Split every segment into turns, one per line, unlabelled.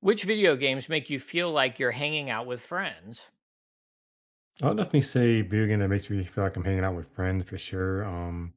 Which video games make you feel like you're hanging out with friends?
I'll definitely say video game that makes me feel like I'm hanging out with friends for sure.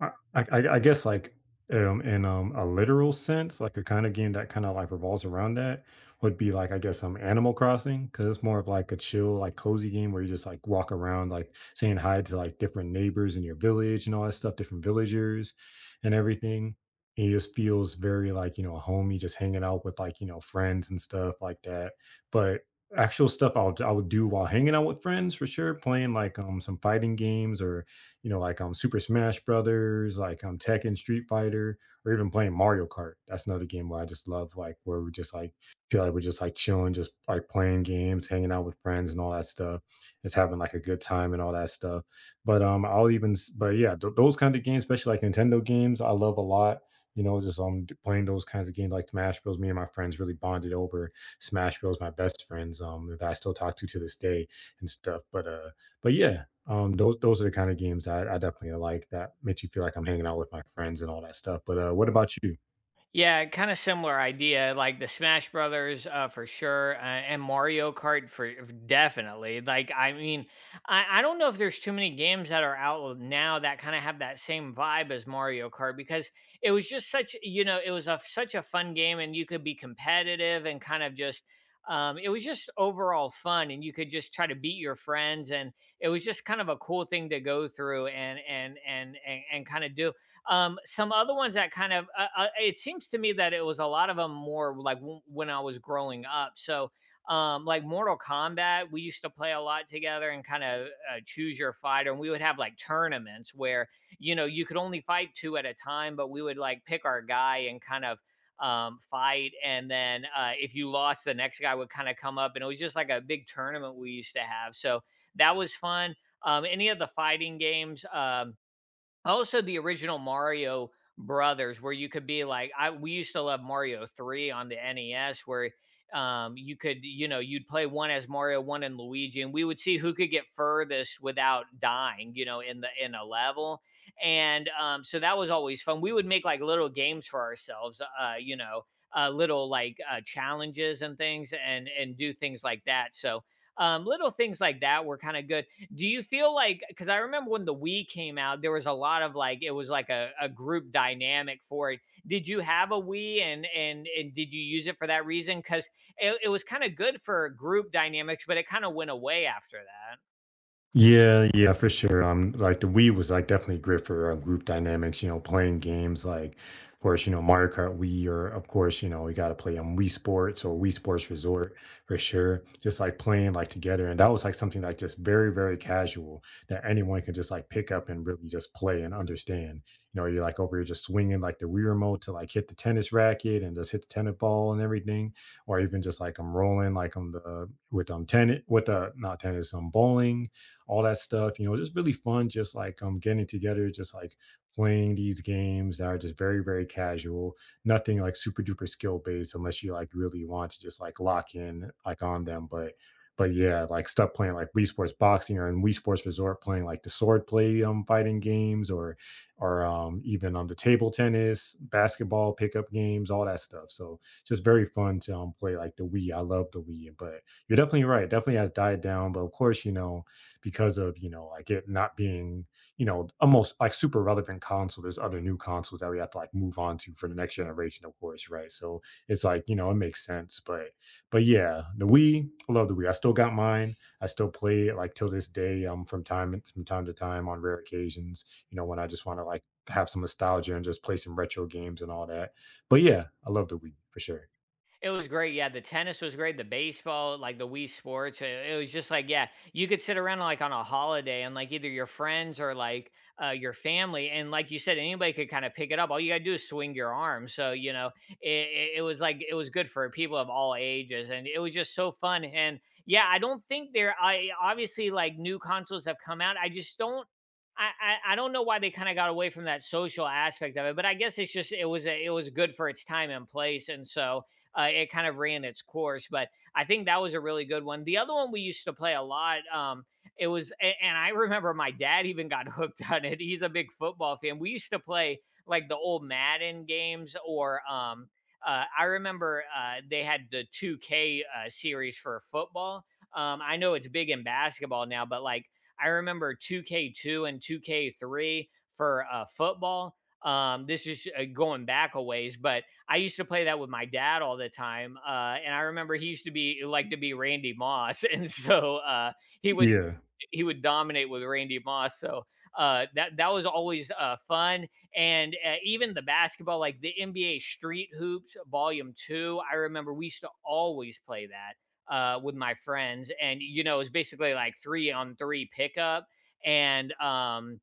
I I I guess, like, in a literal sense, like, a kinda game that kinda, like, revolves around that would be, like, I guess, Animal Crossing, because it's more of, like, a chill, like, cozy game where you just, like, walk around, like, saying hi to, like, different neighbors in your village and all that stuff, different villagers and everything, and it just feels very, like, you know, homey, just hanging out with, like, you know, friends and stuff like that. But actual stuff I will I would do while hanging out with friends, for sure, playing, like, some fighting games, or you know, like Super Smash Brothers, like Tekken, Street Fighter, or even playing Mario Kart. That's another game where I just love, like, where we just like feel like we're just like chilling, just like playing games, hanging out with friends and all that stuff. It's having like a good time and all that stuff. But yeah, those kind of games, especially like Nintendo games, I love a lot. You know, just playing those kinds of games like Smash Bros. Me and my friends really bonded over Smash Bros. My best friends, that I still talk to this day and stuff. But yeah, those are the kind of games I definitely like that makes you feel like I'm hanging out with my friends and all that stuff. But, what about you?
Yeah, kind of similar idea, like the Smash Brothers, for sure, and Mario Kart definitely. Like, I mean, I don't know if there's too many games that are out now that kind of have that same vibe as Mario Kart because it was just such, you know, it was a such a fun game, and you could be competitive and kind of just, it was just overall fun, and you could just try to beat your friends, and it was just kind of a cool thing to go through and kind of do. Some other ones that kind of it seems to me that it was a lot of them more like when I was growing up. So like Mortal Kombat, we used to play a lot together and kind of choose your fighter. And we would have like tournaments where you know you could only fight two at a time, but we would like pick our guy and kind of fight. And then if you lost, the next guy would kind of come up, and it was just like a big tournament we used to have. So that was fun. Any of the fighting games. Also, the original Mario Brothers, where you could be like, I we used to love Mario 3 on the NES, where, you could, you know, you'd play one as Mario, one in Luigi, and we would see who could get furthest without dying, you know, in a level, and, so that was always fun. We would make, like, little games for ourselves, you know, little, like, challenges and things and do things like that, so, little things like that were kinda good. Do you feel like because I remember when the Wii came out, there was a lot of like it was like a group dynamic for it. Did you have a Wii and did you use it for that reason? Because it was kind of good for group dynamics, but it kind of went away after that.
Yeah, yeah, for sure. Like the Wii was like definitely great for group dynamics. You know, playing games like, of course, you know, Mario Kart Wii, or of course, you know, we got to play on Wii Sports or Wii Sports Resort, for sure. Just like playing like together, and that was like something like just very very casual that anyone can just like pick up and really just play and understand. You know, you're like over here just swinging like the Wii remote to like hit the tennis racket and just hit the tennis ball and everything, or even just like I'm rolling like on the with tennis with the not tennis bowling, all that stuff. You know, just really fun, just like getting together, just like playing these games that are just very, very casual, nothing like super duper skill based unless you like really want to just like lock in like on them. But yeah, like stuff playing like Wii Sports Boxing, or in Wii Sports Resort playing like the sword play fighting games, or even on the table tennis, basketball pickup games, all that stuff. So just very fun to play like the Wii. I love the Wii, but you're definitely right. It definitely has died down, but of course, you know, because of, you know, like it not being, you know, almost like super relevant console, there's other new consoles that we have to like move on to for the next generation, of course, right? So it's like, you know, it makes sense. But yeah, the Wii, I love the Wii. I still got mine. I still play it like till this day, um, from time to time on rare occasions, you know, when I just want to like have some nostalgia and just play some retro games and all that. But yeah, I love the Wii, for sure.
It was great, yeah, the tennis was great, the baseball, like, the Wii Sports, I it was just like, yeah, you could sit around, like, on a holiday and, like, either your friends or, like, your family, and like you said, anybody could kinda pick it up, all you gotta do is swing your arm, so, you know, it was like it was good for people of all ages, and it was just so fun, and, yeah, I don't think there I obviously, like, new consoles have come out, I just don't I don't know why they kinda got away from that social aspect of it, but I guess it's just it was good for its time and place, and so, it kind of ran its course. But I think that was a really good one. The other one we used to play a lot. It was, and I remember my dad even got hooked on it. He's a big football fan. We used to play like the old Madden games, or I remember they had the 2K series for football. I know it's big in basketball now, but like I remember 2K2 and 2K3 for football. This is going back a ways, but I used to play that with my dad all the time, and I remember he used to be like to be Randy Moss, and so he would
Yeah.
dominate with Randy Moss. So that was always fun, and even the basketball, like the NBA Street Hoops Volume Two, I remember we used to always play that with my friends, and you know it was basically like three on three pickup, and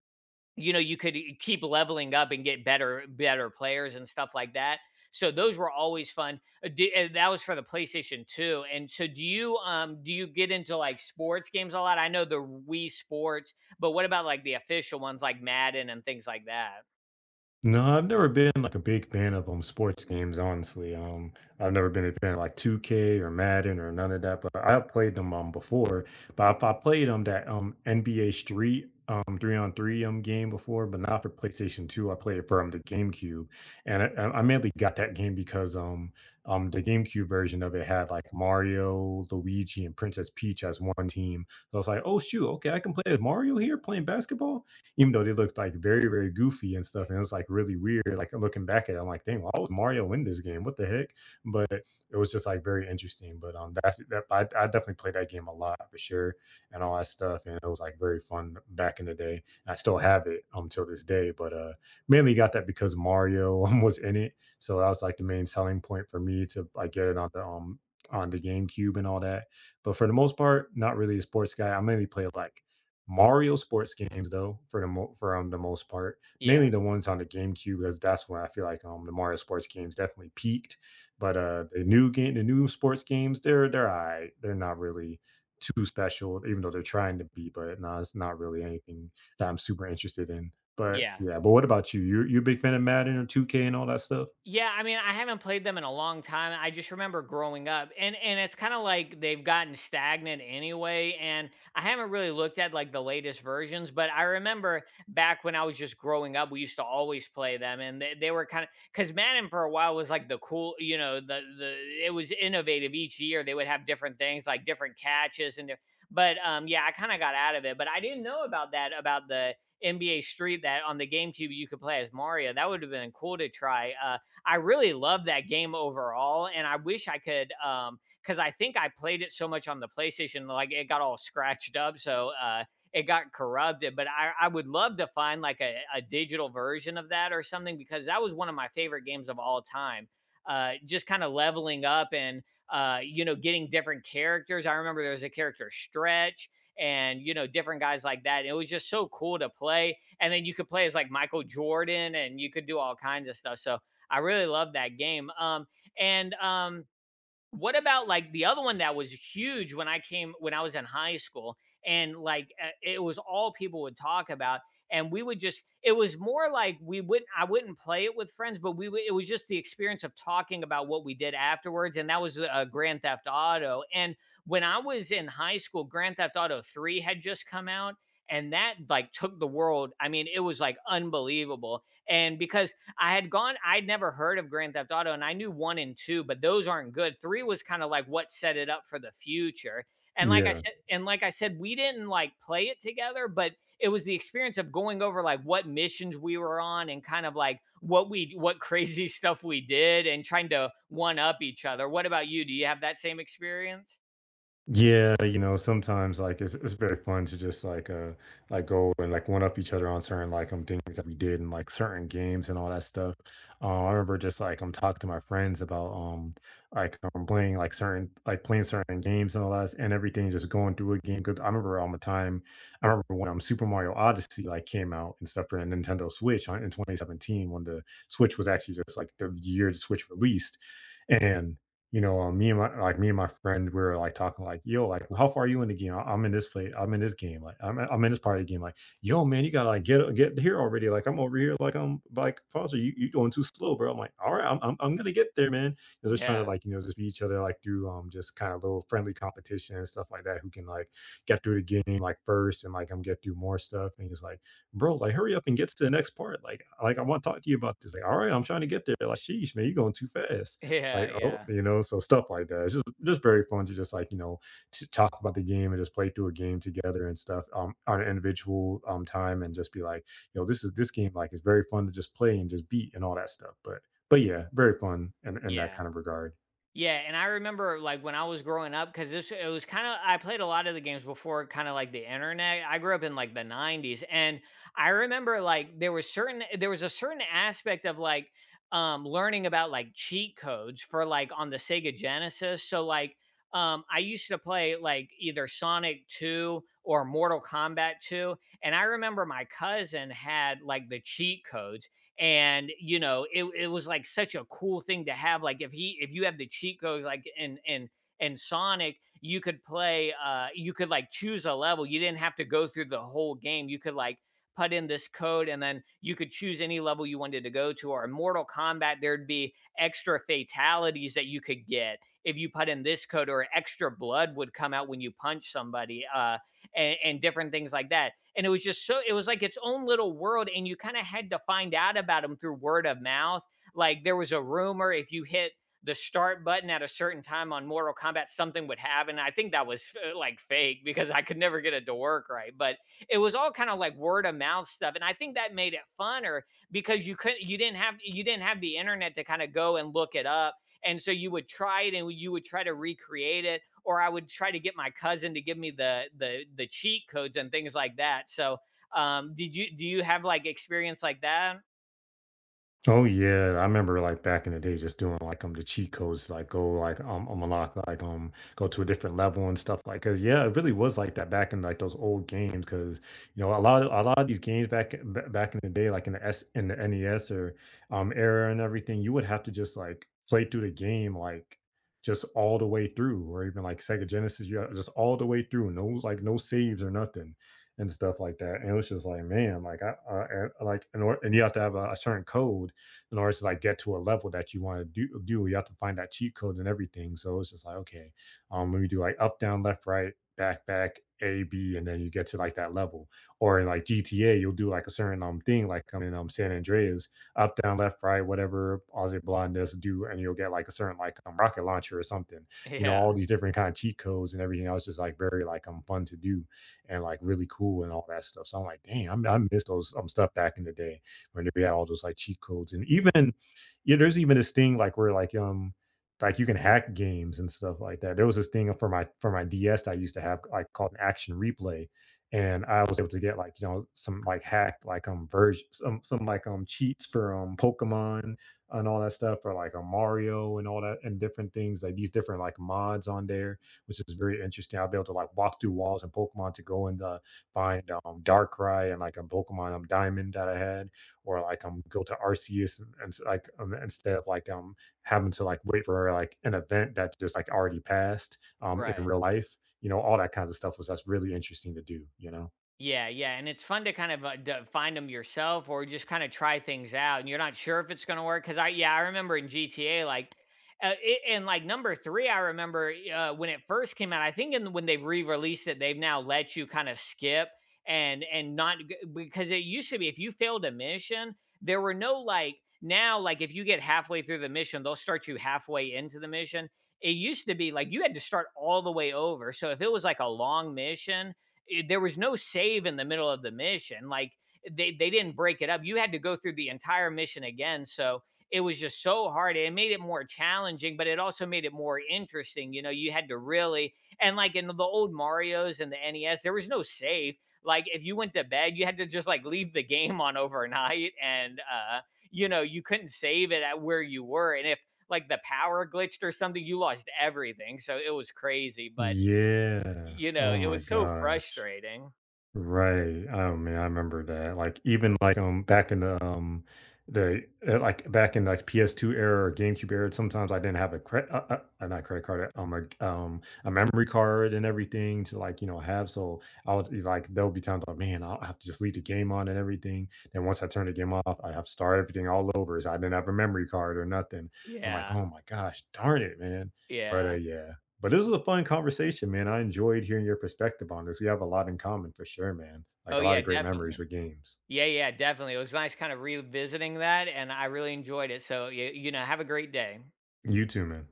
you know, you could keep leveling up and get better players and stuff like that. So those were always fun. And that was for the PlayStation 2. And so do you get into like sports games a lot? I know the Wii Sports, but what about like the official ones like Madden and things like that?
No, I've never been like a big fan of sports games, honestly. I've never been a fan of like 2K or Madden or none of that, but I have played them before. But I played that NBA Street three on three game before, but not for PlayStation 2. I played it for the GameCube. And I mainly got that game because um the GameCube version of it had like Mario, Luigi, and Princess Peach as one team. So I was like, oh shoot, okay, I can play as Mario here playing basketball, even though they looked like very, very goofy and stuff. And it was like really weird. Like looking back at it, I'm like, dang, why was Mario in this game? What the heck? But it was just like very interesting. But that's that I definitely played that game a lot, for sure, and all that stuff. And it was like very fun back in the day. And I still have it until this day. But mainly got that because Mario was in it. So that was like the main selling point for me to like get it on the GameCube and all that. But for the most part, not really a sports guy. I mainly play like Mario sports games though, for the most part,
Yeah.
mainly the ones on the GameCube, because that's when I feel like, the Mario sports games definitely peaked, but, the new sports games, they're alright. They're not really too special, even though they're trying to be, but no, it's not really anything that I'm super interested in. But
Yeah.
yeah, but what about you? You a big fan of Madden or 2K and all that stuff?
Yeah, I mean, I haven't played them in a long time. I just remember growing up, and it's kind of like they've gotten stagnant anyway. And I haven't really looked at like the latest versions, but I remember back when I was just growing up, we used to always play them, and they were kind of because Madden for a while was like the cool, you know, the it was innovative each year. They would have different things like different catches and. But yeah, I kind of got out of it, but I didn't know about that about the NBA Street that on the GameCube you could play as Mario. That would have been cool to try. I really love that game overall, and I wish I could. Because I think I played it so much on the PlayStation, like it got all scratched up. So it got corrupted. But I would love to find like a digital version of that or something because that was one of my favorite games of all time. Just kind of leveling up and you know getting different characters. I remember there was a character stretch and you know different guys like that. And it was just so cool to play. And then you could play as like Michael Jordan and you could do all kinds of stuff. So I really love that game. And What about like the other one that was huge when I was in high school, and like it was all people would talk about, and we would just it was more like we wouldn't I wouldn't play it with friends, but we would it was just the experience of talking about what we did afterwards, and that was Grand Theft Auto. And when I was in high school, Grand Theft Auto Three had just come out. And that like took the world. I mean, it was like unbelievable. And because I had gone, I'd never heard of Grand Theft Auto, and I knew one and two, but those aren't good. Three was kind of like what set it up for the future. And like I
Yeah.
said, and like I said, we didn't like play it together, but it was the experience of going over like what missions we were on and kind of like what we what crazy stuff we did and trying to one up each other. What about you? Do you have that same experience?
Yeah, you know, sometimes like it's very fun to just like go and like one up each other on certain like things that we did and like certain games and all that stuff. I remember just like I'm talking to my friends about like playing like certain like playing certain games and all that and everything, just going through a game. Because I remember all the time, I remember when Super Mario Odyssey like came out and stuff for the Nintendo Switch in 2017 when the Switch was actually just like the year the Switch released. And you know, me and my friend, we were like talking like, "Yo, like, how far are you in the game? I'm in this play. I'm in this game. Like, I'm in this part of the game. Like, yo, man, you gotta like get here already. Like, I'm over here." Like, I'm like, "Foster, you going too slow, bro." I'm like, "All right, I'm gonna get there, man." They're just trying to
Yeah.
like, you know, just be each other like through just kind of little friendly competition and stuff like that. Who can like get through the game like first and like I'm get through more stuff and just like, "Bro, like hurry up and get to the next part. Like I want to talk to you about this." Like, "All right, I'm trying to get there. Like, sheesh, man, you going too fast," like,
Yeah.
oh,
Yeah.
you know. So stuff like that. It's just very fun to just like, you know, to talk about the game and just play through a game together and stuff on an individual time and just be like, you know, this is this game like it's very fun to just play and just beat and all that stuff. But yeah, very fun in that
Yeah.
kind of regard.
Yeah, and I remember like when I was growing up because this it was kind of I played a lot of the games before kind of like the internet. I grew up in like the '90s, and I remember like there was a certain aspect of like learning about like cheat codes for like on the Sega Genesis. So like I used to play like either Sonic 2 or Mortal Kombat 2, and I remember my cousin had like the cheat codes and you know it was like such a cool thing to have like if you have the cheat codes like in sonic you could play you could like choose a level, you didn't have to go through the whole game, you could like put in this code and then you could choose any level you wanted to go to. Or in mortal kombat there'd be extra fatalities that you could get if you put in this code, or extra blood would come out when you punch somebody, and different things like that. And it was just so it was like its own little world, and you kind of had to find out about them through word of mouth. Like there was a rumor if you hit the start button at a certain time on Mortal Kombat, something would happen. I think that was like fake because I could never get it to work right. But it was all kind of like word of mouth stuff, and I think that made it funner because you couldn't, you didn't have the internet to kind of go and look it up, and so you would try it and you would try to recreate it, or I would try to get my cousin to give me the cheat codes and things like that. So, did you do you have like experience like that?
Oh yeah, I remember like back in the day, just doing like the cheat codes, like go like unlock like go to a different level and stuff like. Cause yeah, it really was like that back in like those old games. Cause you know a lot of these games back back in the day, like in the S in the NES or era and everything, you would have to just like play through the game like just all the way through, or even like Sega Genesis, you just all the way through, no like no saves or nothing and stuff like that. And it was just like, man, like like in order, and you have to have a certain code in order to like get to a level that you want to do, you have to find that cheat code and everything. So it's just like, okay, let me do like up, down, left, right, back, back, A, B, and then you get to like that level. Or in like GTA, you'll do like a certain thing, like I'm in San Andreas, up, down, left, right, whatever Ozzy Blondes do, and you'll get like a certain like rocket launcher or something. You know,
Yeah,
all these different kind of cheat codes and everything else is like very like fun to do and like really cool and all that stuff. So I'm like, dang, I miss those stuff back in the day when they had all those like cheat codes. And even yeah, there's even this thing like where like you can hack games and stuff like that. There was this thing for my DS that I used to have like called an action replay. And I was able to get like, you know, some like hacked like version, some like cheats for Pokemon and all that stuff, or like a Mario and all that and different things, like these different like mods on there, which is very interesting. I'll be able to like walk through walls and Pokemon to go and find Darkrai and like a Pokemon Diamond that I had, or like go to Arceus, and, like instead of like having to like wait for like an event that just like already passed in
right.
real life, you know, all that kind of stuff was that's really interesting to do, you know.
Yeah, yeah, and it's fun to kind of find them yourself or just kind of try things out, and you're not sure if it's going to work. Yeah, I remember in GTA, like, and like number three, I remember when it first came out. When they've re-released it, they've now let you kind of skip and not g- because it used to be if you failed a mission, there were no like now like if you get halfway through the mission, they'll start you halfway into the mission. It used to be like you had to start all the way over. So if it was like a long mission there was no save in the middle of the mission. Like they didn't break it up. You had to go through the entire mission again. So it was just so hard. It made it more challenging, but it also made it more interesting. You know, you had to really and like in the old Mario's and the NES, there was no save. Like if you went to bed, you had to just like leave the game on overnight and you know, you couldn't save it at where you were, and if like the power glitched or something, you lost everything. So it was crazy, but
Yeah.
you know,
Oh
it
my
was so
gosh.
frustrating.
Right. Oh man, I remember that. Like even like back in the like back in like PS2 era or GameCube era, sometimes I didn't have a not credit card, a, a memory card and everything to like you know have. So I would be like there'll be times like, man, I'll have to just leave the game on and everything. And once I turn the game off, I have to start everything all over. So I didn't have a memory card or nothing. I'm like,
Yeah,
oh my gosh, darn it, man. But
yeah.
yeah. But this was a fun conversation, man. I enjoyed hearing your perspective on this. We have a lot in common, for sure, man. Like
Oh,
a lot
yeah,
of great memories
definitely.
with games.
Yeah, yeah, definitely. It was nice kind of revisiting that, and I really enjoyed it. So, you know, have a great day.
You too, man.